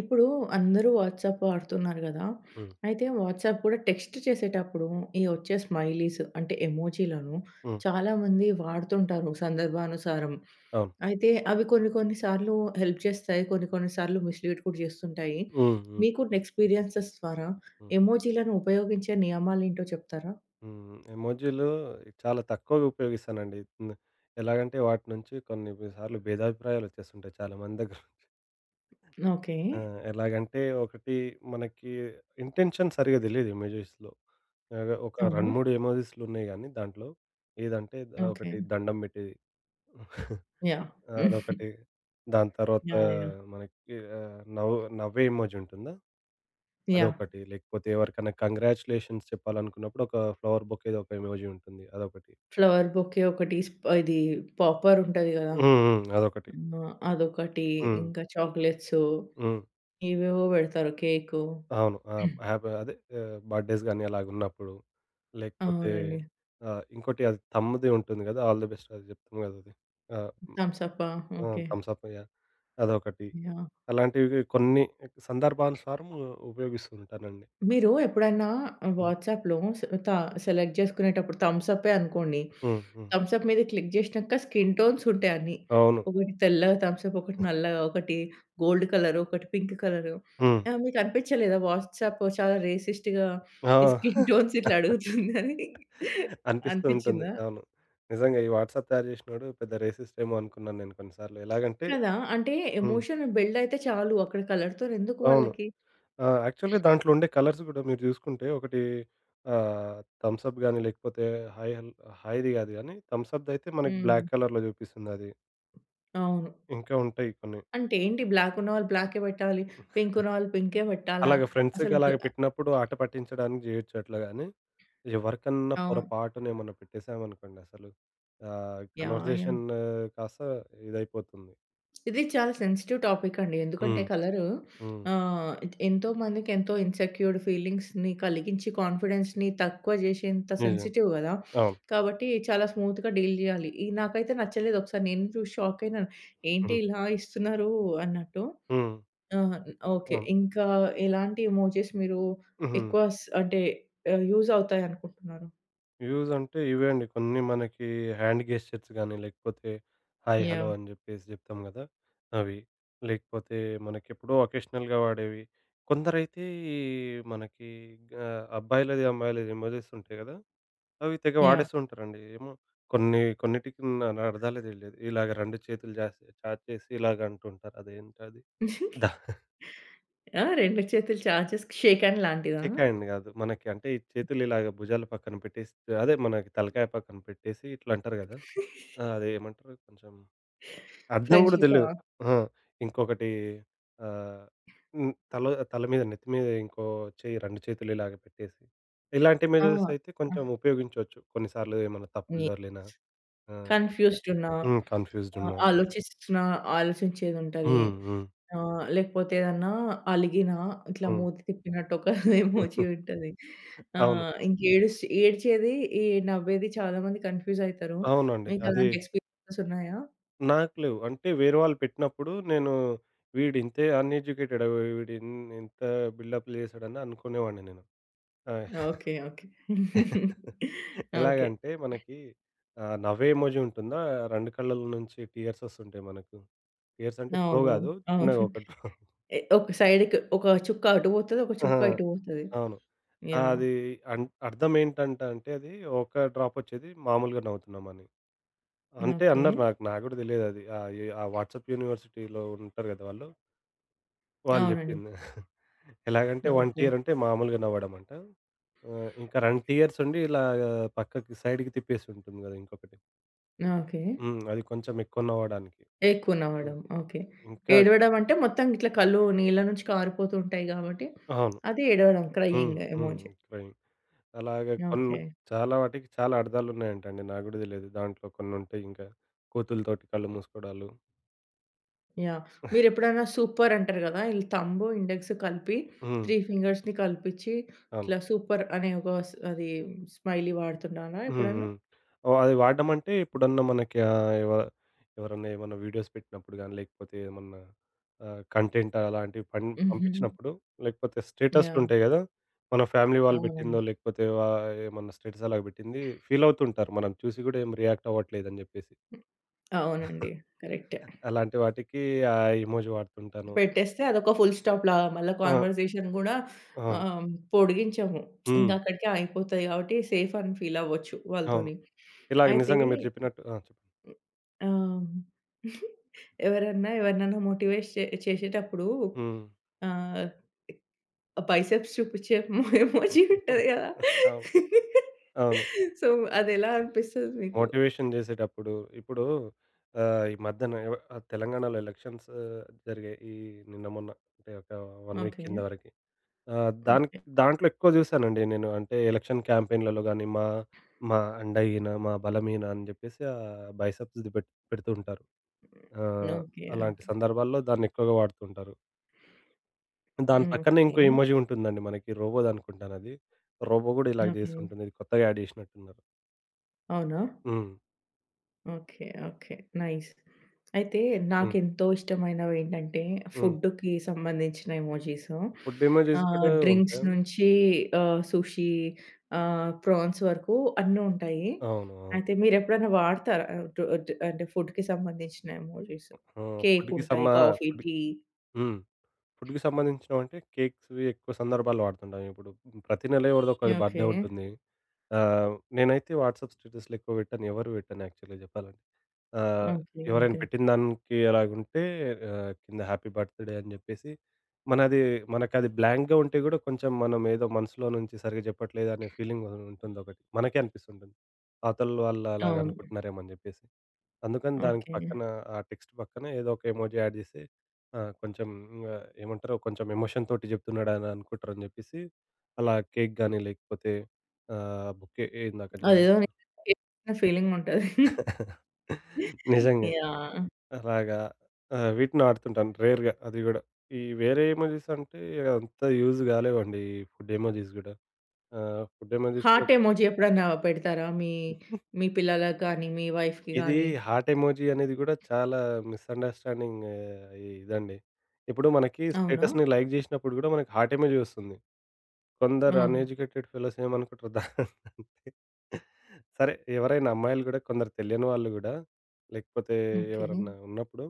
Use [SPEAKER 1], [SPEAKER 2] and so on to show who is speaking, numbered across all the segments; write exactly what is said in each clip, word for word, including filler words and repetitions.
[SPEAKER 1] ఇప్పుడు అందరూ వాట్సాప్ వాడుతున్నారు గదా!
[SPEAKER 2] హ్మ్.
[SPEAKER 1] అయితే వాట్సాప్ కూడా టెక్స్ట్ చేసేటప్పుడు ఈ వచ్చే స్మైలీస్ అంటే ఎమోజీలను
[SPEAKER 2] హ్మ్.
[SPEAKER 1] చాలామంది వాడుతుంటారు సందర్భానుసారం.
[SPEAKER 2] అవును.
[SPEAKER 1] అయితే అవి కొన్ని కొన్ని సార్లు హెల్ప్ చేస్తాయి. కొన్ని కొన్ని సార్లు మిస్‌లీడ్ కూడా చేస్తుంటాయి.
[SPEAKER 2] హ్మ్. హ్మ్.
[SPEAKER 1] మీకున్న ఎక్స్‌పీరియన్సెస్ ద్వారా
[SPEAKER 2] హ్మ్.
[SPEAKER 1] ఎమోజీలను ఉపయోగించే నియమాలేంటో చెప్తారా?
[SPEAKER 2] హ్మ్. ఎమోజీలు చాలా తక్కువగా ఉపయోగిస్తానండి. హ్మ్. ఎలాగంటే వాటి నుంచి కొన్ని సార్లు భేదాభిప్రాయాలు వచ్చేస్తుంటాయి చాలా మంది దగ్గర.
[SPEAKER 1] ఓకే.
[SPEAKER 2] ఆ! ఎలాగంటే ఒకటి మనకి ఇంటెన్షన్ సరిగ్గా తెలీదు ఎమోజీస్‌లో. ఆహ్, ఒక రెండు,
[SPEAKER 1] అవునా?
[SPEAKER 2] మూడు ఎమోజీస్‌లు ఉన్నాయి గానీ దాంట్లో ఏదంటే ఆహ్,
[SPEAKER 1] ఓకే.
[SPEAKER 2] ఒకటి దండం పెట్టేది.
[SPEAKER 1] యాహ్!
[SPEAKER 2] అదొకటి. దాని తర్వాత
[SPEAKER 1] యాహ్! యాహ్!
[SPEAKER 2] మనకి ఆహ్, నవ్వు నవ్వే ఎమోజీ ఉంటుందా?
[SPEAKER 1] యాహ్!
[SPEAKER 2] అదొకటి. లేకపోతే ఎవరికన్నా కంగ్రాచ్యులేషన్స్ చెప్పాలనుకున్నప్పుడు ఒక ఫ్లవర్ బొకేది ఒక ఎమోజి ఉంటుంది. అదొకటి.
[SPEAKER 1] ఫ్లవర్ బొకే ఒకటి, స్ప్ ఇది పాపర్ ఉంటది గదా!
[SPEAKER 2] హ్మ్. హ్మ్. అదొకటి.
[SPEAKER 1] ఆ! అదొకటి.
[SPEAKER 2] హ్మ్.
[SPEAKER 1] ఇంకా చాక్లెట్సు
[SPEAKER 2] హ్మ్.
[SPEAKER 1] ఏవేవో పెడతారు. కేకు.
[SPEAKER 2] అవును. ఆ! హ్యాపీ అదే ఆహ్, బర్త్‌డేస్ గాని అలాగున్నప్పుడు. లేకపోతే
[SPEAKER 1] అవునండి.
[SPEAKER 2] ఆహ్, ఇంకోటి అది తమ్ముది ఉంటుంది గదా! ఆల్ ది బెస్ట్ అది జెప్తాం గదా! అది. ఆ!
[SPEAKER 1] థమ్స్ అప్పా?
[SPEAKER 2] ఆ!
[SPEAKER 1] ఓకే.
[SPEAKER 2] Thumbs up yeah! అదొకటి.
[SPEAKER 1] యాహ్!
[SPEAKER 2] అలాంటివి కొన్ని సందర్భానుసారం ఉపయోగిస్తూ ఉంటానండి.
[SPEAKER 1] మీరు ఎప్పుడైనా
[SPEAKER 2] హ్మ్.
[SPEAKER 1] వాట్సాప్‌లో సె త సెలెక్ట్ చేసుకునేటప్పుడు థమ్స్ అప్పే అనుకోండి.
[SPEAKER 2] హ్మ్. హ్మ్.
[SPEAKER 1] థమ్స్ అప్ మీద క్లిక్ చేసినాక స్కిన్ టోన్స్ ఉంటాయి అన్నీ.
[SPEAKER 2] అవును.
[SPEAKER 1] ఒకటి తెల్లగా థమ్స్ అప్, ఒకటి నల్లగా, ఒకటి గోల్డ్ కలరు, ఒకటి పింక్ కలరు.
[SPEAKER 2] హ్మ్.
[SPEAKER 1] ఆహ్, మీకు అనిపించలేదా వాట్సాప్ చాలా రేసిస్ట్‌గా
[SPEAKER 2] ఆ!
[SPEAKER 1] ఈ స్కిన్ టోన్స్ ఇట్లా అడుగుతుందని?
[SPEAKER 2] అనిపిస్తూ ఉంటుంది.
[SPEAKER 1] అనిపించిందా?
[SPEAKER 2] అవును. నిజంగా ఈ వాట్సాప్ తయారు జేసినోడు పెద్ద రేసిస్ట్ ఏమో అనుకున్నాను నేను కొన్ని సార్లు. ఎలాగంటే
[SPEAKER 1] కదా! అంటే
[SPEAKER 2] హ్మ్.
[SPEAKER 1] ఎమోషన్ బిల్డ్ అయితే చాలు. అక్కడ కలర్‌తోని ఎందుకు
[SPEAKER 2] అవును.
[SPEAKER 1] వాళ్ళకి?
[SPEAKER 2] ఆ! యాక్చువల్‌గా దాంట్లో ఉండే కలర్స్ గూడా మీరు జూసుకుంటే ఒకటి ఆహ్, థమ్స్ అప్ గాని లేకపోతే హాయ్ హల్ హాయ్‌ది గాదు గానీ థమ్స్ అప్‌దయితే మనకి
[SPEAKER 1] హ్మ్.
[SPEAKER 2] బ్లాక్ కలర్‌లో జూపిస్తుందది.
[SPEAKER 1] అవును.
[SPEAKER 2] ఇంకా ఉంటాయి కొన్ని.
[SPEAKER 1] అంటే ఏంటి, బ్లాక్ ఉన్నవాళ్ళు బ్లాకే పెట్టాలి. పింక్ ఉన్నవాళ్ళు పింకే పెట్టాలా?
[SPEAKER 2] అలాగ ఫ్రెండ్స్‌కి
[SPEAKER 1] అసలు
[SPEAKER 2] అలాగ
[SPEAKER 1] బ్లా
[SPEAKER 2] పెట్టినప్పుడు ఆట పట్టించడానికి జేయొచ్చు అట్లా గానీ, ఎవరికన్నా
[SPEAKER 1] అవును.
[SPEAKER 2] పొరపాటునేమన్నా పెట్టేసామనుకోండి అసలు ఆహ్,
[SPEAKER 1] యాహ్! యాహ్!
[SPEAKER 2] కన్వర్జేషన్ కాస్త ఇదైపోతుంది.
[SPEAKER 1] ఇది చాలా సెన్సిటివ్ టాపిక్ అండి. ఎందుకంటే
[SPEAKER 2] హ్మ్.
[SPEAKER 1] కలరు
[SPEAKER 2] హ్మ్.
[SPEAKER 1] ఆహ్, ఎంతో మందికి ఎంతో ఇన్‌సెక్యూర్డ్ ఫీలింగ్స్‌ని కలిగించి కాన్ఫిడెన్స్‌ని తక్కువ చేసేంత
[SPEAKER 2] నిజం.
[SPEAKER 1] సెన్సిటివ్ కదా!
[SPEAKER 2] అవును.
[SPEAKER 1] కాబట్టి చాలా స్మూత్‌గా డీల్ చేయాలి. ఈ నాకైతే నచ్చలేదు. ఒకసారి నేను చూసి షాక్ అయినాను. ఏంటి
[SPEAKER 2] హ్మ్.
[SPEAKER 1] ఇలా ఇస్తున్నారు అన్నట్టు.
[SPEAKER 2] హ్మ్.
[SPEAKER 1] ఆహా! ఓకే.
[SPEAKER 2] అవును.
[SPEAKER 1] ఇంకా ఎలాంటి ఎమోజీస్ మీరు
[SPEAKER 2] హుహు.
[SPEAKER 1] ఎక్కువ స్ అంటే ఆహ్, యూజ్ అవుతాయనుకుంటున్నారు?
[SPEAKER 2] వ్యూస్ అంటే ఇవే అండి. కొన్ని మనకి హ్యాండ్ గెస్చర్స్ గాని, లేకపోతే హాయ్, హలో
[SPEAKER 1] యాహ్!
[SPEAKER 2] అని జెప్పేసి జెప్తాం గదా! అవి. లేకపోతే మనకెప్పుడో అకేషనల్‌గా వాడేవి. కొందరైతే ఈ మనకి ఆహ్, అబ్బాయిలది, అమ్మాయిలది ఎమోజిస్ ఉంటాయి గదా! అవి తెగ
[SPEAKER 1] యాహ్!
[SPEAKER 2] వాడేస్తూ ఉంటారండి. ఏమో కొన్ని కొన్నిటికి నా నా అర్థాలే తెలీదు. ఇలాగ రెండు చేతులు జాసి చాచేసి ఇలాగ అంటుంటారు. అదేంటది?
[SPEAKER 1] ఆ! రెండు చేతులు చాచేస్‌కి షేక్ హ్యాండ్ లాంటిదా?
[SPEAKER 2] షేక్ హ్యాండ్ గాదు. మనకి అంటే ఈ చేతులు ఇలాగ భుజాల పక్కన పెట్టేసి అదే మనకి తలకాయ పక్కన పెట్టేసి ఇట్లా అంటారు గదా! ఆ! అదేమంటారు కొంచెం అర్థం గూడా
[SPEAKER 1] ఫ్రెండ్‌షిపా?
[SPEAKER 2] తెలీదు. ఆ! ఇంకొకటి ఆహ్, హ్మ్. తల తల మీద నెత్తి మీద ఇంకో చెయ్యి రెండు చేతులు ఇలాగ పెట్టేసి. ఇలాంటి
[SPEAKER 1] ఆ!
[SPEAKER 2] మెజర్స్
[SPEAKER 1] ఆహ్,
[SPEAKER 2] అయితే కొంచెం ఉపయోగించొచ్చు. కొన్నిసార్లు ఏమన్నా తప్పులు
[SPEAKER 1] ని
[SPEAKER 2] దొర్లినా ఆ!
[SPEAKER 1] కన్‌ఫ్యూజ్డ్ ఉన్నా,
[SPEAKER 2] హ్మ్. కన్‌ఫ్యూజ్డ్
[SPEAKER 1] ఆహ్,
[SPEAKER 2] ఉన్నా.
[SPEAKER 1] ఆలోచిస్తున్నా ఆలోచించేదుంటది.
[SPEAKER 2] హ్మ్. హ్మ్.
[SPEAKER 1] ఆహ్, లేకపోతే ఏదన్నా అలిగినా ఇట్లా
[SPEAKER 2] హ్మ్.
[SPEAKER 1] మూతి తిప్పినట్టు ఒక ఎమోజీ ఉంటది.
[SPEAKER 2] అవును.
[SPEAKER 1] ఆహ్, ఇంక ఏడుస్ ఏడ్చేది, ఈ నవ్వేది చాలా మంది కన్‌ఫ్యూజ్ అయితారు.
[SPEAKER 2] అవునండి.
[SPEAKER 1] మీకు
[SPEAKER 2] అది
[SPEAKER 1] అలాంటి ఎక్స్‌పీరియన్సెస్ ఉన్నాయా?
[SPEAKER 2] నాకు లేవు. అంటే వేరే వాళ్ళు పెట్టినప్పుడు నేను వీడింతే అన్‌ఎడ్యుకేటెడ్ వీడు ఇన్ ఇంత బిల్డప్‌లు చేసాడని అనుకునేవాడిని నేను. ఆ!
[SPEAKER 1] ఓకే. ఓకే. ఓకే.
[SPEAKER 2] ఎలాగంటే మనకి ఆహ్, నవ్వే ఎమోజి ఉంటుందా? రెండు కళ్ళల నుంచి టీయర్స్ వస్తుంటాయి మనకు. టీయర్స్ అంటే ఫ్లో
[SPEAKER 1] అవునవును.
[SPEAKER 2] కాదు.
[SPEAKER 1] అవును.
[SPEAKER 2] చిన్నగా ఒకటి
[SPEAKER 1] ఎ ఒక సైడ్‌కి ఒక చుక్క అటు పోతది. ఒక
[SPEAKER 2] ఆ!
[SPEAKER 1] చుక్క ఇటు పోతది.
[SPEAKER 2] అవును. ఆ,
[SPEAKER 1] యాహ్!
[SPEAKER 2] అది అన్ అర్థం ఏంటంట అంటే అది ఒక డ్రాప్ వచ్చేది మామూలుగా నవ్వుతున్నామని. అంటే
[SPEAKER 1] ఓకే.
[SPEAKER 2] అన్నారు నాకు. నాకు కూడా తెలియదది. ఆహ్, ఈ ఆ వాట్సాప్ యూనివర్సిటీలో ఉంటారు కదా! వాళ్ళు. వాళ్ళు
[SPEAKER 1] అవునండి.
[SPEAKER 2] జెప్పింది. ఎలాగంటే ఒక
[SPEAKER 1] ఓకే.
[SPEAKER 2] టియర్ అంటే మామూలుగా నవ్వడమంట. ఆహ్, ఇంకా రెండు టియర్స్ ఉండి ఇలాగా పక్కకి సైడ్‌కి తిప్పేసి ఉంటుంది గదా! ఇంకొకటి.
[SPEAKER 1] ఓకే.
[SPEAKER 2] హ్మ్. అది కొంచెం ఎక్కువ నవ్వడానికి.
[SPEAKER 1] ఎక్కువ
[SPEAKER 2] హ్మ్.
[SPEAKER 1] నవ్వడం. ఓకే.
[SPEAKER 2] ఇంకా
[SPEAKER 1] ఏడవడం అంటే మొత్తం ఇట్లా కళ్ళు నీళ్ళ నుంచి కారిపోతూ ఉంటాయి కాబట్టి,
[SPEAKER 2] అవును.
[SPEAKER 1] అది ఏడవడం
[SPEAKER 2] హ్మ్.
[SPEAKER 1] క్రయింగ్
[SPEAKER 2] హ్మ్.
[SPEAKER 1] ఎమోజి.
[SPEAKER 2] క్రైమ్. అలాగే కొన్ని
[SPEAKER 1] ఓకే.
[SPEAKER 2] చాలా వాటికి చాలా అర్థాలున్నాయంటండి. నాకు గూడా దెలియదు. దాంట్లో కొన్నుంటాయి ఇంకా. కోతులతోటి కళ్ళు మూసుకోవడాలు.
[SPEAKER 1] యాహ్! మీరెప్పుడైనా సూపర్ అంటారు గదా! ఈ థంబ్, ఇండెక్స్ కలిపి
[SPEAKER 2] హ్మ్.
[SPEAKER 1] మూడు ఫింగర్స్‌ని కలిపిచ్చి
[SPEAKER 2] అవును.
[SPEAKER 1] ఇట్లా సూపర్ అనే ఒక స్ అది స్మైలీ వాడుతున్నారా
[SPEAKER 2] హ్మ్.
[SPEAKER 1] ఎప్పుడన్నా?
[SPEAKER 2] హ్మ్. ఓహ్! అది వాడడం అంటే ఎప్పుడన్నా మనకి ఆహ్, ఎవ ఎవరన్నా ఏమన్నా వీడియోస్ పెట్టినప్పుడు గాని, లేకపోతే ఏమన్నా ఆహ్, కంటెంట్ అలాంటివి పం
[SPEAKER 1] హుహు.
[SPEAKER 2] పంపించినప్పుడు, లేకపోతే
[SPEAKER 1] యాహ్!
[SPEAKER 2] స్టేటస్‌లుంటాయి గదా! మన ఫ్యామిలీ వాళ్ళు పెట్టిందో,
[SPEAKER 1] అవునండి.
[SPEAKER 2] లేకపోతే వా ఏమన్నా స్టేటస్ అలాగ పెట్టింది ఫీల్ అవుతుంటారు. మనం చూసి గూడా ఏం రియాక్ట్ అవ్వట్లేదని జెప్పేసి.
[SPEAKER 1] అవునండి. కరెక్టే.
[SPEAKER 2] అలాంటి వాటికి ఆ ఎమోజి వాడుతుంటాను.
[SPEAKER 1] పెట్టేస్తే అదొక ఫుల్ స్టాప్‌లాగా మళ్ళా
[SPEAKER 2] ఆ!
[SPEAKER 1] కన్వర్జేషన్ గూడా
[SPEAKER 2] అవును.
[SPEAKER 1] ఆహ్, పొడిగించము. ఇంక
[SPEAKER 2] హ్మ్.
[SPEAKER 1] అక్కడికే ఆగిపోతది కాబట్టి సేఫ్ అని ఫీల్ అవ్వచ్చు
[SPEAKER 2] అవును.
[SPEAKER 1] వాళ్ళతోని.
[SPEAKER 2] ఇలాగ
[SPEAKER 1] అయితే
[SPEAKER 2] నిజంగా మీరు జెప్పినట్టు ఆ! చెప్పండి.
[SPEAKER 1] ఆహ్, ఎవరన్నా ఎవరినన్నా మోటివేట్ చే చేసేటప్పుడు
[SPEAKER 2] హ్మ్.
[SPEAKER 1] ఆహ్, బైసెప్స్ చూపించే ఎమోజీ ఉంటది గదా!
[SPEAKER 2] అవును. అవును.
[SPEAKER 1] సో, అదెలా అనిపిస్తది మీకు?
[SPEAKER 2] మోటివేషన్ జేసేటప్పుడు ఇప్పుడు ఆహ్, ఈ మధ్యన ఎవ ఆహ్, తెలంగాణలో ఎలక్షన్స్ జరిగాయి. ఈ నిన్న మొన్న అంటే ఒక 1 వీక్
[SPEAKER 1] ఓకే.
[SPEAKER 2] కింద వరకి. ఆహ్, దాన్
[SPEAKER 1] ఓకే.
[SPEAKER 2] దాంట్లో ఎక్కువ జూసానండి నేను. అంటే ఎలక్షన్ క్యాంపెయిన్‌లలో గాని, మా మా అండ ఈయన, మా బలం ఈయన అని జెప్పేసి ఆహ్, బైసప్స్‌ది పెట్ పెడుతూ ఉంటారు. ఆహ్,
[SPEAKER 1] ఓకే.
[SPEAKER 2] అలాంటి సందర్భాల్లో దాన్ని ఎక్కువగా వాడుతుంటారు. దాని పక్కనే ఇంకో
[SPEAKER 1] ఓకే.
[SPEAKER 2] ఎమోజి ఉంటుందండి మనకి. రోబోదనుకుంటానది. రోబో గూడా ఇలాగ
[SPEAKER 1] ఓకే.
[SPEAKER 2] జేస్తుంటుంది. ఇది కొత్తగా యాడ్ జేసినట్టున్నారు.
[SPEAKER 1] అవునా?
[SPEAKER 2] హ్మ్.
[SPEAKER 1] ఓకే. ఓకే. నైస్. అయితే
[SPEAKER 2] హ్మ్.
[SPEAKER 1] నాకెంతో ఇష్టమైనవేంటంటే
[SPEAKER 2] హ్మ్.
[SPEAKER 1] ఫుడ్‌కి సంబంధించిన ఎమోజీసు.
[SPEAKER 2] ఫుడ్ ఎమోజిస్
[SPEAKER 1] ఆహ్,
[SPEAKER 2] గూడా
[SPEAKER 1] డ్రింక్స్
[SPEAKER 2] ఉంటాయా?
[SPEAKER 1] నుంచి ఆహ్, సుషీ, ఆహ్, ప్రాన్స్ వరకు అన్నీ ఉంటాయి.
[SPEAKER 2] అవును. అవును.
[SPEAKER 1] అయితే మీరెప్పుడైనా వాడతారా? ఆహ్, డ్ డ్ అంటే ఫుడ్‌కి సంబంధించిన ఎమోజీస్?
[SPEAKER 2] ఆ!
[SPEAKER 1] కేక్
[SPEAKER 2] ఫుడ్‌కి
[SPEAKER 1] ఉంటాయి.
[SPEAKER 2] సమా
[SPEAKER 1] కాఫీ,
[SPEAKER 2] ఫుడ్
[SPEAKER 1] టీ.
[SPEAKER 2] హ్మ్. ఫుడ్‌కి సంబంధించినవంటే కేక్స్‌వి ఎక్కువ సందర్భాల్లో వాడుతుంటాం. ఇప్పుడు ప్రతి నెల ఎవరిదో ఒకరి బర్త్‌డే
[SPEAKER 1] ఓకే.
[SPEAKER 2] ఉంటుంది. ఆహ్, నేనైతే వాట్సాప్ స్టేటస్‌లు ఎక్కువ పెట్టను. ఎవరివి పెట్టను యాక్చువల్‌గా చెప్పాలంటే. ఆహ్,
[SPEAKER 1] ఓకే.
[SPEAKER 2] ఎవరైనా
[SPEAKER 1] ఓకే.
[SPEAKER 2] పెట్టిన దానికి అలాగుంటే ఆహ్, కింద హ్యాపీ బర్త్‌డే అని జెప్పేసి మనది మనకది బ్లాంక్‌గా ఉంటే గూడా కొంచెం మనం ఏదో మనసులో నుంచి సరిగ్గా చెప్పట్లేదు అనే ఫీలింగ్ ఉంటుంది ఒకటి. మనకే అనిపిస్తుంటుంది. అవతల వాళ్ళు అలాగ
[SPEAKER 1] అవును.
[SPEAKER 2] అనుకుంటున్నారేమో అని జెప్పేసి. అందుకని దానికి
[SPEAKER 1] ఓకే.
[SPEAKER 2] పక్కన ఆ టెక్స్ట్ పక్కన ఏదో ఒక ఎమోజి యాడ్ చేసి ఆ! కొంచెం ఇంగా ఏమంటారు కొంచెం ఎమోషన్ తోటి చెప్తున్నాడు అని అనుకుంటారని చెప్పేసి, అలా కేక్ గాని లేకపోతే ఆహ్, బుకే ఇందాక నేను
[SPEAKER 1] అదేదో నేను చేసిన ఫీలింగ్ ఉంటది.
[SPEAKER 2] నిజంగా.
[SPEAKER 1] యాహ్!
[SPEAKER 2] అలాగా ఆహ్, వీటిని వాడుతుంటాను రేర్‌గా అది గూడా. ఈ వేరే ఎమోజిస్ అంటే అంత యూజ్ కాలేవండి ఈ ఫుడ్ ఎమోజిస్ గూడా. ఆహ్, ఫుడ్ ఎమోజిస్‌లో
[SPEAKER 1] హార్ట్ ఎమోజి ఎప్పుడన్నా పెడతారా? మీ మీ పిల్లలకి గాని, మీ వైఫ్‌కి
[SPEAKER 2] ఇది
[SPEAKER 1] గాని.
[SPEAKER 2] హార్ట్ ఎమోజి అనేది గూడా చాలా మిస్‌అండర్‌స్టాండింగ్ ఇదండి. ఇప్పుడు మనకి
[SPEAKER 1] అవునా?
[SPEAKER 2] స్టేటస్‌ని లైక్ జేసినప్పుడు గూడా మనకి హార్ట్ ఎమోజి వస్తుంది. కొందరు
[SPEAKER 1] అవును.
[SPEAKER 2] అన్‌ఎడ్యుకేటెడ్ ఫెలోస్ ఏమనుకుంటారు దాన్నంటే సరే ఎవరైనా అమ్మాయిలు గూడా కొందరు తెలియని వాళ్ళు గూడా లేకపోతే
[SPEAKER 1] ఓకే.
[SPEAKER 2] ఎవరన్నా ఉన్నప్పుడు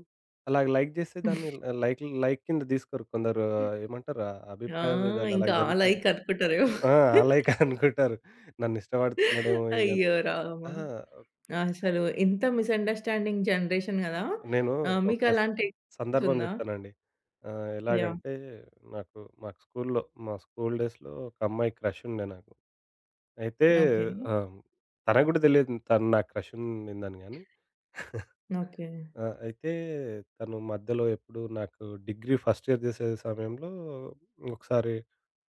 [SPEAKER 2] అలాగ లైక్ జేస్తే దాన్ని లైక్ లైక్ కింద తీసుకోరు. కొందరు ఆ, ఏమంటారు ఆ
[SPEAKER 1] ఆ!
[SPEAKER 2] అభిప్రాయ భేదాలు అలాగ
[SPEAKER 1] ఇంకా ఆ
[SPEAKER 2] జరుగుతుంటాయి.
[SPEAKER 1] లైక్ అనుకుంటారేమో.
[SPEAKER 2] ఆ! ఆ లైక్ అనుకుంటారు. నన్ను ఇష్టపడుతున్నాడేమో ఇదని
[SPEAKER 1] అయ్యో! రామా!
[SPEAKER 2] ఆ!
[SPEAKER 1] అసలు ఇంత మిస్‌అండర్‌స్టాండింగ్ జనరేషన్ గదా!
[SPEAKER 2] నేను
[SPEAKER 1] ఆహ్,
[SPEAKER 2] ఒక
[SPEAKER 1] మీకు
[SPEAKER 2] స
[SPEAKER 1] అలాంటి ఎక్స్‌పీరియన్స్
[SPEAKER 2] సందర్భం
[SPEAKER 1] ఉందా?
[SPEAKER 2] జెప్తానండి. ఆహ్,
[SPEAKER 1] యాహ్!
[SPEAKER 2] ఎలాగంటే నాకు మాకు స్కూల్‌లో మా స్కూల్ డేస్‌లో ఒక అమ్మాయి క్రష్ ఉండే నాకు. అయితే
[SPEAKER 1] ఓకే.
[SPEAKER 2] ఆహ్, తనకు గూడా దెలియదు తను నాకు క్రష్ ఉండిందని గానీ.
[SPEAKER 1] ఓకే.
[SPEAKER 2] ఆ! అయితే తను మధ్యలో ఎప్పుడు నాకు డిగ్రీ ఫస్ట్ ఇయర్ జేసే సమయంలో ఒకసారి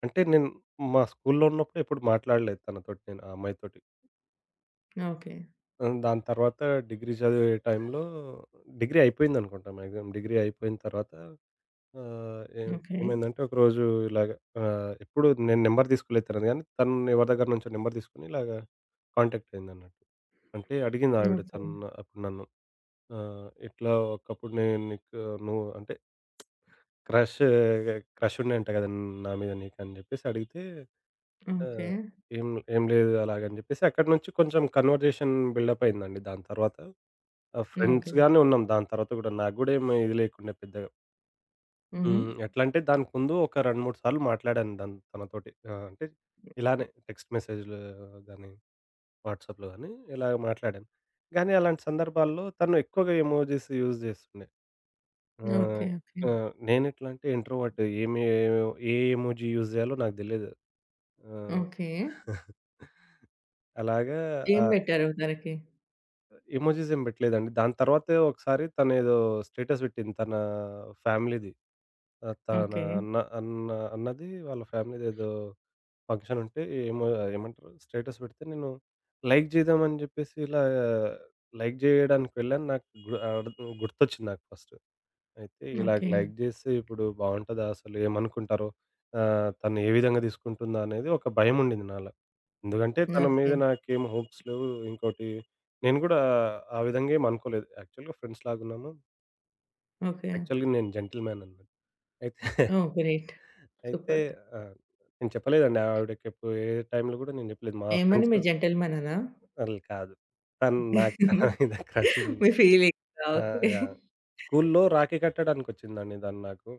[SPEAKER 2] అంటే నేను మా స్కూల్‌లో ఉన్నప్పుడు ఎప్పుడు మాట్లాడలేదు తనతోటి నేను ఆ అమ్మాయితోటి.
[SPEAKER 1] ఓకే.
[SPEAKER 2] ఆహ్, దాని తర్వాత డిగ్రీ చదివే టైంలో డిగ్రీ అయిపోయిందనుకుంటా మాక్సిమం. డిగ్రీ అయిపోయిన తర్వాత ఆ! ఏం
[SPEAKER 1] ఓకే.
[SPEAKER 2] ఏమైందంటే ఒకరోజు ఇలాగ ఆహ్, ఎప్పుడు నేను నంబర్ తీసుకోలేదు తనది గానీ, తను ఎవరి దగ్గర నుంచో నంబర్ తీసుకొని ఇలాగ కాంటాక్ట్ అయిందన్నట్టు. అంటే అడిగింది ఆవిడ
[SPEAKER 1] ఓకే.
[SPEAKER 2] తను అప్పుడు నన్ను. ఆహ్, "ఇట్లా ఒకప్పుడు నేను నీకు నువ్వు అంటే క్రష్ క్రష్ ఉండేంట కదా! నా మీద నీకు" అని చెప్పేసి అడిగితే,
[SPEAKER 1] ఓకే.
[SPEAKER 2] ఆహ్, "ఏం ఏం లేదు" అలాగని చెప్పేసి అక్కడి నుంచి కొంచెం కన్వర్జేషన్ బిల్డప్ అయిందండి దాని తర్వాత. ఆహ్,
[SPEAKER 1] ఓకే.
[SPEAKER 2] ఫ్రెండ్స్‌గానే ఉన్నాం దాని తర్వాత కూడా. నాకు కూడా ఏమి ఇది లేకుండే పెద్దగా.
[SPEAKER 1] హుహు.
[SPEAKER 2] హ్మ్. ఎట్లంటే దానికి ముందు ఒక రెండు, మూడు సార్లు మాట్లాడాను దాన్ తనతోటి. ఆ! అంటే ఇలానే టెక్స్ట్ మెసేజ్‌లో గాని, వాట్సాప్‌లో గాని ఇలా మాట్లాడాను. కానీ అలాంటి సందర్భాల్లో తను ఎక్కువగా ఎమోజిస్ యూజ్ చేస్తుండే. ఆహ్,
[SPEAKER 1] ఓకే. ఓకే.
[SPEAKER 2] ఆ! నేనెట్లా అంటే ఇంట్రోవర్ట్ ఏమి ఏ ఎమోజి యూజ్ చేయాలో నాకు తెలీదు. ఆ!
[SPEAKER 1] ఓకే.
[SPEAKER 2] అలాగా
[SPEAKER 1] ఏం
[SPEAKER 2] ఆ!
[SPEAKER 1] పెట్టారు తనకి?
[SPEAKER 2] ఎమోజిస్ ఏం పెట్టలేదండి. దాని తర్వాతే ఒకసారి తనేదో స్టేటస్ పెట్టింది. తన ఫ్యామిలీది. ఆహ్, తన
[SPEAKER 1] ఓకే.
[SPEAKER 2] అన్న అన్న అన్నది వాళ్ళ ఫ్యామిలీదేదో ఫంక్షన్ ఉంటే ఏమో ఏమంటారు స్టేటస్ పెడితే నేను లైక్ చేద్దామని చెప్పేసి ఇలా లైక్ చేయడానికి వెళ్ళాను. నాకు గు ఆహ్, గుర్తొచ్చింది నాకు ఫస్ట్. అయితే ఇలాగ
[SPEAKER 1] ఓకే.
[SPEAKER 2] లైక్ చేస్తే ఇప్పుడు బావుంటదా అసలు ఏమనుకుంటారో? ఆహ్, తను ఏ విధంగా తీసుకుంటుందా అనేది ఒక భయం ఉండింది నాలో. ఎందుకంటే తన మీద
[SPEAKER 1] ఓకే.
[SPEAKER 2] నాకేం హోప్స్ లేవు. ఇంకోటి నేను గూడా ఆ విధంగా ఏమి అనుకోలేదు. యాక్చువల్‌గా ఫ్రెండ్స్ లాగున్నాము.
[SPEAKER 1] ఓకే.
[SPEAKER 2] యాక్చువల్‌గా నేను జెంటిల్‌మ్యాన్ అన్నట్టు. అయితే
[SPEAKER 1] ఓహ్! గ్రేట్.
[SPEAKER 2] అయితే
[SPEAKER 1] సూపర్.
[SPEAKER 2] ఆ! నేను చెప్పలేదండి ఆవిడకెప్పు ఏ టైంలో గూడా నేను జెప్పలేదు. మా
[SPEAKER 1] ఏమని,
[SPEAKER 2] ఫ్రెండ్స్
[SPEAKER 1] మీరు జెంటిల్‌మనేనా?
[SPEAKER 2] ఆళ్ళు కాదు. తను నాకు తన మీద క్రష్ ఉంది.
[SPEAKER 1] మీ ఫీలింగ్సా?
[SPEAKER 2] ఆ!
[SPEAKER 1] ఓకే.
[SPEAKER 2] యాహ్! స్కూలులో రాఖీ కట్టడానికొచ్చిందండి తను నాకు.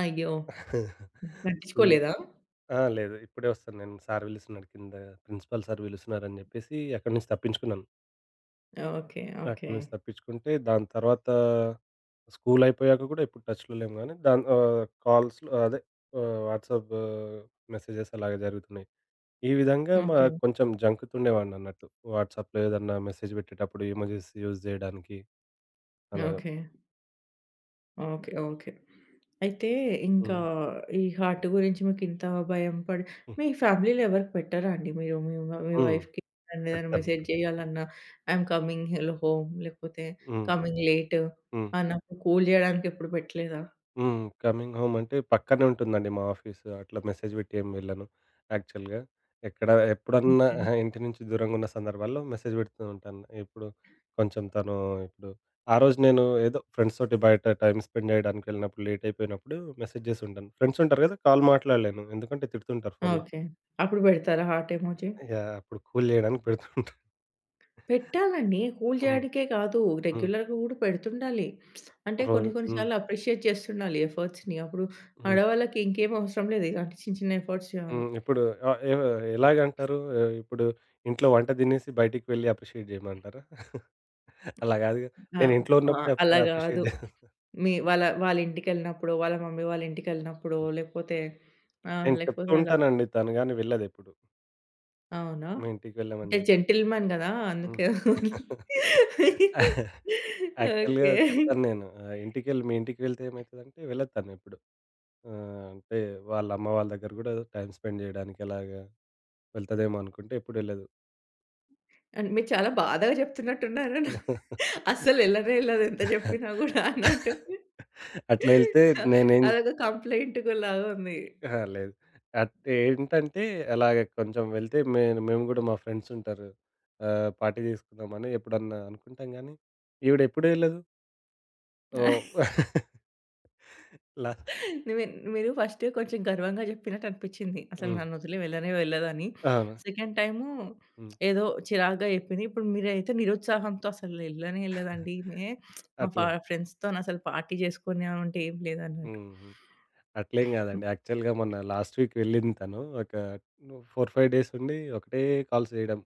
[SPEAKER 1] అయ్యో!
[SPEAKER 2] స్కూలులో
[SPEAKER 1] పట్టించుకోలేదా?
[SPEAKER 2] ఆ! లేదు. ఇప్పుడే వస్తాను నేను సార్ పిలుస్తున్నాడు కింద ప్రిన్సిపల్ సార్ పిలుస్తున్నారని జెప్పేసి అక్కడి నుంచి తప్పించుకున్నాను.
[SPEAKER 1] ఓకే.
[SPEAKER 2] అక్కడి
[SPEAKER 1] ఓకే.
[SPEAKER 2] నుంచి తప్పించుకుంటే, దాని తర్వాత స్కూల్ అయిపోయాక కూడా ఎప్పుడు టచ్‌లో లేము గానీ, దాన్ ఆహ్, కాల్స్‌లో అదే ఆహ్, వాట్సాప్ మెసేజెస్ అలాగే జరుగుతున్నాయి. ఈ విధంగా మా
[SPEAKER 1] ఓకే.
[SPEAKER 2] కొంచెం జంకుతుండేవాడినన్నట్టు. వాట్సాప్‌లో ఏదన్నా మెసేజ్ పెట్టేటప్పుడు ఎమోజిస్ యూజ్ జేయడానికి అలాగా.
[SPEAKER 1] ఓకే. ఓకే. ఓకే. అయితే ఇంకా
[SPEAKER 2] హ్మ్.
[SPEAKER 1] ఈ హార్ట్ గురించి మీకింత భయం పడి
[SPEAKER 2] హ్మ్.
[SPEAKER 1] మీ ఫ్యామిలీలో ఎవరికి పెట్టరా అండి? మీరు మీ వ మీ
[SPEAKER 2] హ్మ్.
[SPEAKER 1] వైఫ్‌కి అండ్ ఏదైనా
[SPEAKER 2] పెడతాను.
[SPEAKER 1] మెసేజ్ చేయాలన్నా ఐయామ్ కమింగ్ హలో హోమ్ లేకపోతే
[SPEAKER 2] హ్మ్.
[SPEAKER 1] కమింగ్ లేట్
[SPEAKER 2] హ్మ్.
[SPEAKER 1] అన్నప్పుడు కూల్ జేయడానికి ఎప్పుడు పెట్టలేదా?
[SPEAKER 2] హ్మ్. కమింగ్ హోమ్ అంటే పక్కనే ఉంటుందండి మా ఆఫీసు. అట్లా మెసేజ్ పెట్టి ఏం వెళ్ళను యాక్చువల్‌గా. ఎక్కడ ఎప్పుడన్నా
[SPEAKER 1] ఓకే.
[SPEAKER 2] అహా! ఇంటి నుంచి దూరంగా ఉన్న సందర్భాల్లో మెసేజ్ పెడుతూ ఉంటాను. ఇప్పుడు కొంచెం తను ఇప్పుడు ఆ రోజు నేను ఏదో ఫ్రెండ్స్ తోటి బయట టైమ్ స్పెండ్ చేయడానికి వెళ్ళినప్పుడు లేట్ అయిపోయినప్పుడు మెసేజ్ చేసి ఉంటాను. ఫ్రెండ్స్ ఉంటారు కదా! కాల్ మాట్లాడలేను. ఎందుకంటే తిడుతుంటారు ఫోన్‌లో.
[SPEAKER 1] ఓకే. అప్పుడు పెడతారా హార్ట్ ఎమోజి?
[SPEAKER 2] యాహ్! అప్పుడు కూల్ చేయడానికి పెడుతుంటా.
[SPEAKER 1] పెట్టాలండి. కూల్
[SPEAKER 2] హ్మ్.
[SPEAKER 1] చేయడానికే కాదు.
[SPEAKER 2] హ్మ్.
[SPEAKER 1] రెగ్యులర్‌గా కూడా పెడుతుండాలి. అంటే
[SPEAKER 2] రోజు
[SPEAKER 1] కొన్ని కొన్ని
[SPEAKER 2] హ్మ్.
[SPEAKER 1] సార్లు అప్రిషియేట్ చేస్తుండాలి ఎఫర్ట్స్‌ని. అప్పుడు
[SPEAKER 2] హ్మ్.
[SPEAKER 1] ఆడవాళ్ళకి ఇంకేం అవసరం లేదు. ఇలాంటి చిన్న చిన్న ఎఫర్ట్స్ చాలు.
[SPEAKER 2] హ్మ్. ఇప్పుడు ఆహ్, ఎవ ఎలాగంటారు? ఆహ్, ఇప్పుడు ఇంట్లో వంట తినేసి బయటికి వెళ్ళి అప్రిషియేట్ జేయమంటారా? అలా గాదుగా.
[SPEAKER 1] ఆ!
[SPEAKER 2] నేను ఇంట్లో
[SPEAKER 1] ఆ!
[SPEAKER 2] ఉన్నప్పుడే అప్
[SPEAKER 1] అలా
[SPEAKER 2] అప్రిషియేట్
[SPEAKER 1] కాదు.
[SPEAKER 2] జే
[SPEAKER 1] మీ వాళ్ళ వాళ్ళ ఇంటికెళ్ళినప్పుడో, వాళ్ళ మమ్మీ వాళ్ళ ఇంటికెళ్ళినప్పుడో, లేకపోతే ఆహ్,
[SPEAKER 2] నేను చెప్తూ
[SPEAKER 1] లేకపోతే అలా.
[SPEAKER 2] ఉంటానండి. తను గాని వెళ్ళదెప్పుడు.
[SPEAKER 1] అవునా?
[SPEAKER 2] మీ ఇంటికి వెళ్ళామని
[SPEAKER 1] అంటే
[SPEAKER 2] జెప్పి.
[SPEAKER 1] జెంటిల్‌మెన్ కదా!
[SPEAKER 2] హ్మ్.
[SPEAKER 1] అందుకే.
[SPEAKER 2] యాక్చువల్‌గా
[SPEAKER 1] ఓకే.
[SPEAKER 2] చెప్తాను నేను. ఆహ్, ఇంటికెళ్ళి మీ ఇంటికి వెళ్తే ఏమైతదంటే వెళ్ళదు తనెప్పుడు. ఆహ్, అంటే వాళ్ళ అమ్మ వాళ్ళ దగ్గర గూడా టైం స్పెండ్ జేయడానికి అలాగా వెళ్తదేమో అనుకుంటే ఎప్పుడు వెళ్ళదు.
[SPEAKER 1] అండ్ మీరు చాలా బాధగా చెప్తున్నట్టున్నారు. అస్సలెళ్ళనే ఎళ్ళదు ఎంత జెప్పినా గూడా అన్నట్టు.
[SPEAKER 2] అట్లా ఎళ్తే నేనేం
[SPEAKER 1] అదొక కంప్లెయింట్ లాగా ఉంది.
[SPEAKER 2] అహా! లేదు. అంటే ఏంటంటే, అలాగే కొంచెం వెళ్తే మేము మేము గూడా మా ఫ్రెండ్స్ ఉంటారు. ఆహ్, పార్టీ చేసుకుందామని ఎప్పుడన్నా అనుకుంటాం గానీ, ఈవిడెప్పుడూ ఎళ్ళదు. ఓహ్! లా
[SPEAKER 1] మీన్, మీరు ఫస్ట్ కొంచెం గర్వంగా జెప్పినట్టు అనిపిచ్చింది. అసలు
[SPEAKER 2] హ్మ్.
[SPEAKER 1] నన్నొదిలి వెళ్ళనే వెళ్ళదని.
[SPEAKER 2] అవును.
[SPEAKER 1] సెకండ్ టైము
[SPEAKER 2] హ్మ్.
[SPEAKER 1] ఏదో చిరాకుగా జెప్పింది. ఇప్పుడు మీరైతే నిరుత్సాహంతో, అసలు ఎళ్ళనే ఎళ్ళదండి ఈమె. మా ఫా
[SPEAKER 2] అట్లే.
[SPEAKER 1] ఫ్రెండ్స్‌తోనసలు పార్టీ జేసుకునేవంటే ఏం లేదన్నట్టు.
[SPEAKER 2] హ్మ్. హ్మ్. అట్లేం గాదండి. యాక్చువల్‌గా మొన్న లాస్ట్ వీక్ వెళ్ళింది తను. ఒక నాలుగు, ఐదు డేస్ ఉండి ఒకటే కాల్స్ చేయడం.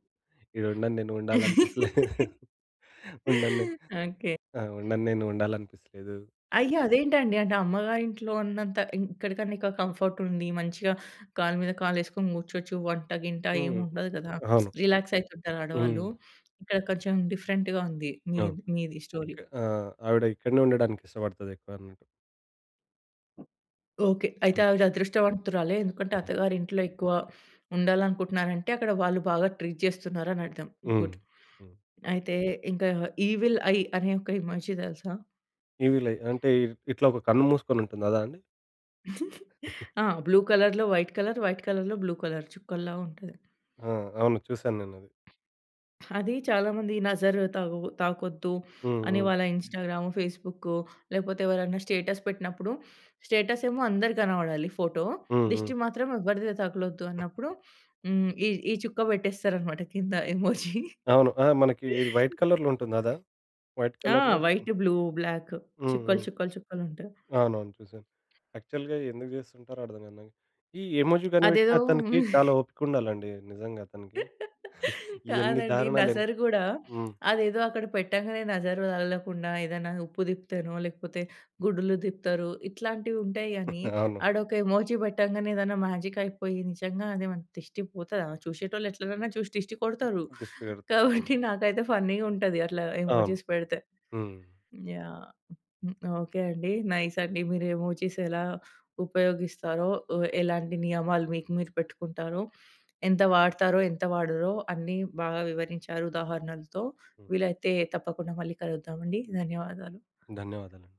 [SPEAKER 2] ఈడుండను నేను ఉండాలనిపిస్తలే. ఉండను నేను.
[SPEAKER 1] ఓకే.
[SPEAKER 2] ఆ! ఉండను నేను ఉండాలనిపిస్తలేదు.
[SPEAKER 1] అయ్యో! అదేంటండి? అంటే అమ్మగారింట్లో ఉన్నంత ఇక్కడ కన్నా ఇంకా కంఫర్ట్ ఉండి, మంచిగా కాలు మీద కాలేసుకొని కూర్చోచ్చు. వంట గింట ఏమి
[SPEAKER 2] హ్మ్.
[SPEAKER 1] ఉండదు కదా!
[SPEAKER 2] అవును.
[SPEAKER 1] రిలాక్స్ అయితుంటారు
[SPEAKER 2] హ్మ్.
[SPEAKER 1] ఆడవాళ్ళు. ఇక్కడ కొంచెం డిఫరెంట్‌గా ఉంది మీ
[SPEAKER 2] అవును.
[SPEAKER 1] మీది స్టోరీ.
[SPEAKER 2] ఆ! ఆవిడ ఇక్కడనే ఉండడానికి ఇష్టపడతది ఎక్కువన్నట్టు.
[SPEAKER 1] ఓకే. అయితే
[SPEAKER 2] హ్మ్.
[SPEAKER 1] ఆవిడ అదృష్టవంతురాలే. ఎందుకంటే
[SPEAKER 2] హ్మ్.
[SPEAKER 1] అత్తగారింట్లో ఎక్కువ ఉండాలనుకుంటున్నారంటే, అక్కడ వాళ్ళు బాగా ట్రీట్ చేస్తున్నారని అర్థం.
[SPEAKER 2] హ్మ్.
[SPEAKER 1] గుడ్.
[SPEAKER 2] హ్మ్.
[SPEAKER 1] అయితే ఇంకా 'ఈవిల్ ఐ' అనే ఒక ఎమోజి తెలుసా?
[SPEAKER 2] ఇవి లై అంటే ఇ- ఇట్లా ఒక కన్ను మూసుకొని ఉంటుంది అదా అండి?
[SPEAKER 1] ఆ! బ్లూ కలర్‌లో వైట్ కలర్, వైట్ కలర్‌లో బ్లూ కలర్ చుక్కల్లా ఉంటది.
[SPEAKER 2] ఆ! అవును. చూసాను నేనది.
[SPEAKER 1] అది చాలామంది నజర్ తాగు తాకొద్దు
[SPEAKER 2] హ్మ్.
[SPEAKER 1] అని
[SPEAKER 2] హ్మ్.
[SPEAKER 1] వాళ్ళ హ్మ్. ఇన్‌స్టాగ్రాము, ఫేస్‌బుక్కు లేపోతే ఎవరైనా స్టేటస్ పెట్టినప్పుడు, స్టేటస్ ఏమో అందరి కనబడాలి ఫోటో.
[SPEAKER 2] హ్మ్. హ్మ్.
[SPEAKER 1] దిష్టి మాత్రం ఎవరిది తగలొద్దు అన్నప్పుడు హ్మ్. ఈ ఈ చుక్క పెట్టేస్తారనమాట కింద ఎమోజి.
[SPEAKER 2] అవును. ఆ! మనకి ఇది వైట్ కలర్‌లో ఉంటుంది అదా? వైట్
[SPEAKER 1] ఆ!
[SPEAKER 2] కలర్‌లో హ్మ్.
[SPEAKER 1] వైట్, బ్లూ, బ్లాక్
[SPEAKER 2] హ్మ్.
[SPEAKER 1] చుక్కలు,
[SPEAKER 2] హ్మ్.
[SPEAKER 1] చుక్కలు, చుక్కలుంటాయి.
[SPEAKER 2] అవునవును. చూసాను. యాక్చువల్‌గా ఎందుకు చేస్తుంటారో అర్థం కాదు నాకు. ఈ ఎమోజి
[SPEAKER 1] అదేదో
[SPEAKER 2] కనిపెట్టిన అతనికి చాలా ఓపిక ఉండాలండి నిజంగా అతనికి. ఈ ఎన్ని
[SPEAKER 1] కాదండి.
[SPEAKER 2] దారుణాలు ఎన్
[SPEAKER 1] నజర్ గూడా
[SPEAKER 2] హ్మ్.
[SPEAKER 1] అదేదో అక్కడ పెట్టంగానే నజర్ తగలకుండా ఏదైనా ఉప్పు దిప్తేనో, లేకపోతే గుడ్డులు దిప్తారు. ఇట్లాంటివి ఉంటాయి గానీ,
[SPEAKER 2] అవును.
[SPEAKER 1] ఆడొక ఎమోజి పెట్టంగానే ఏదైనా మ్యాజిక్ అయిపోయి నిజంగా అదేమన్నా దిష్టి పోతదా? చూశేటోళ్ళు ఎట్లనైనా చూసి దిష్టి కొడతారు.
[SPEAKER 2] దిష్టి పెడుతుంది. అవును.
[SPEAKER 1] కాబట్టి నాకైతే ఫన్నీ‌గుంటది అట్లా
[SPEAKER 2] అవును.
[SPEAKER 1] ఎమోజిస్ పెడితే.
[SPEAKER 2] హ్మ్.
[SPEAKER 1] యాహ్! హ్మ్. ఓకే అండి. నైస్ అండి. మీరు ఎమోజిస్ ఎలా ఉపయోగిస్తారో, ఆహ్, ఎలాంటి నియమాలు మీకు మీరు పెట్టుకుంటారో, ఎంత వాడతారో, ఎంత వాడరో అన్నీ బాగా వివరించారు ఉదాహరణలతో.
[SPEAKER 2] హ్మ్.
[SPEAKER 1] వీలైతే తప్పకుండా మళ్ళీ కలుద్దామండి. ధన్యవాదాలు.
[SPEAKER 2] ధన్యవాదాలండి.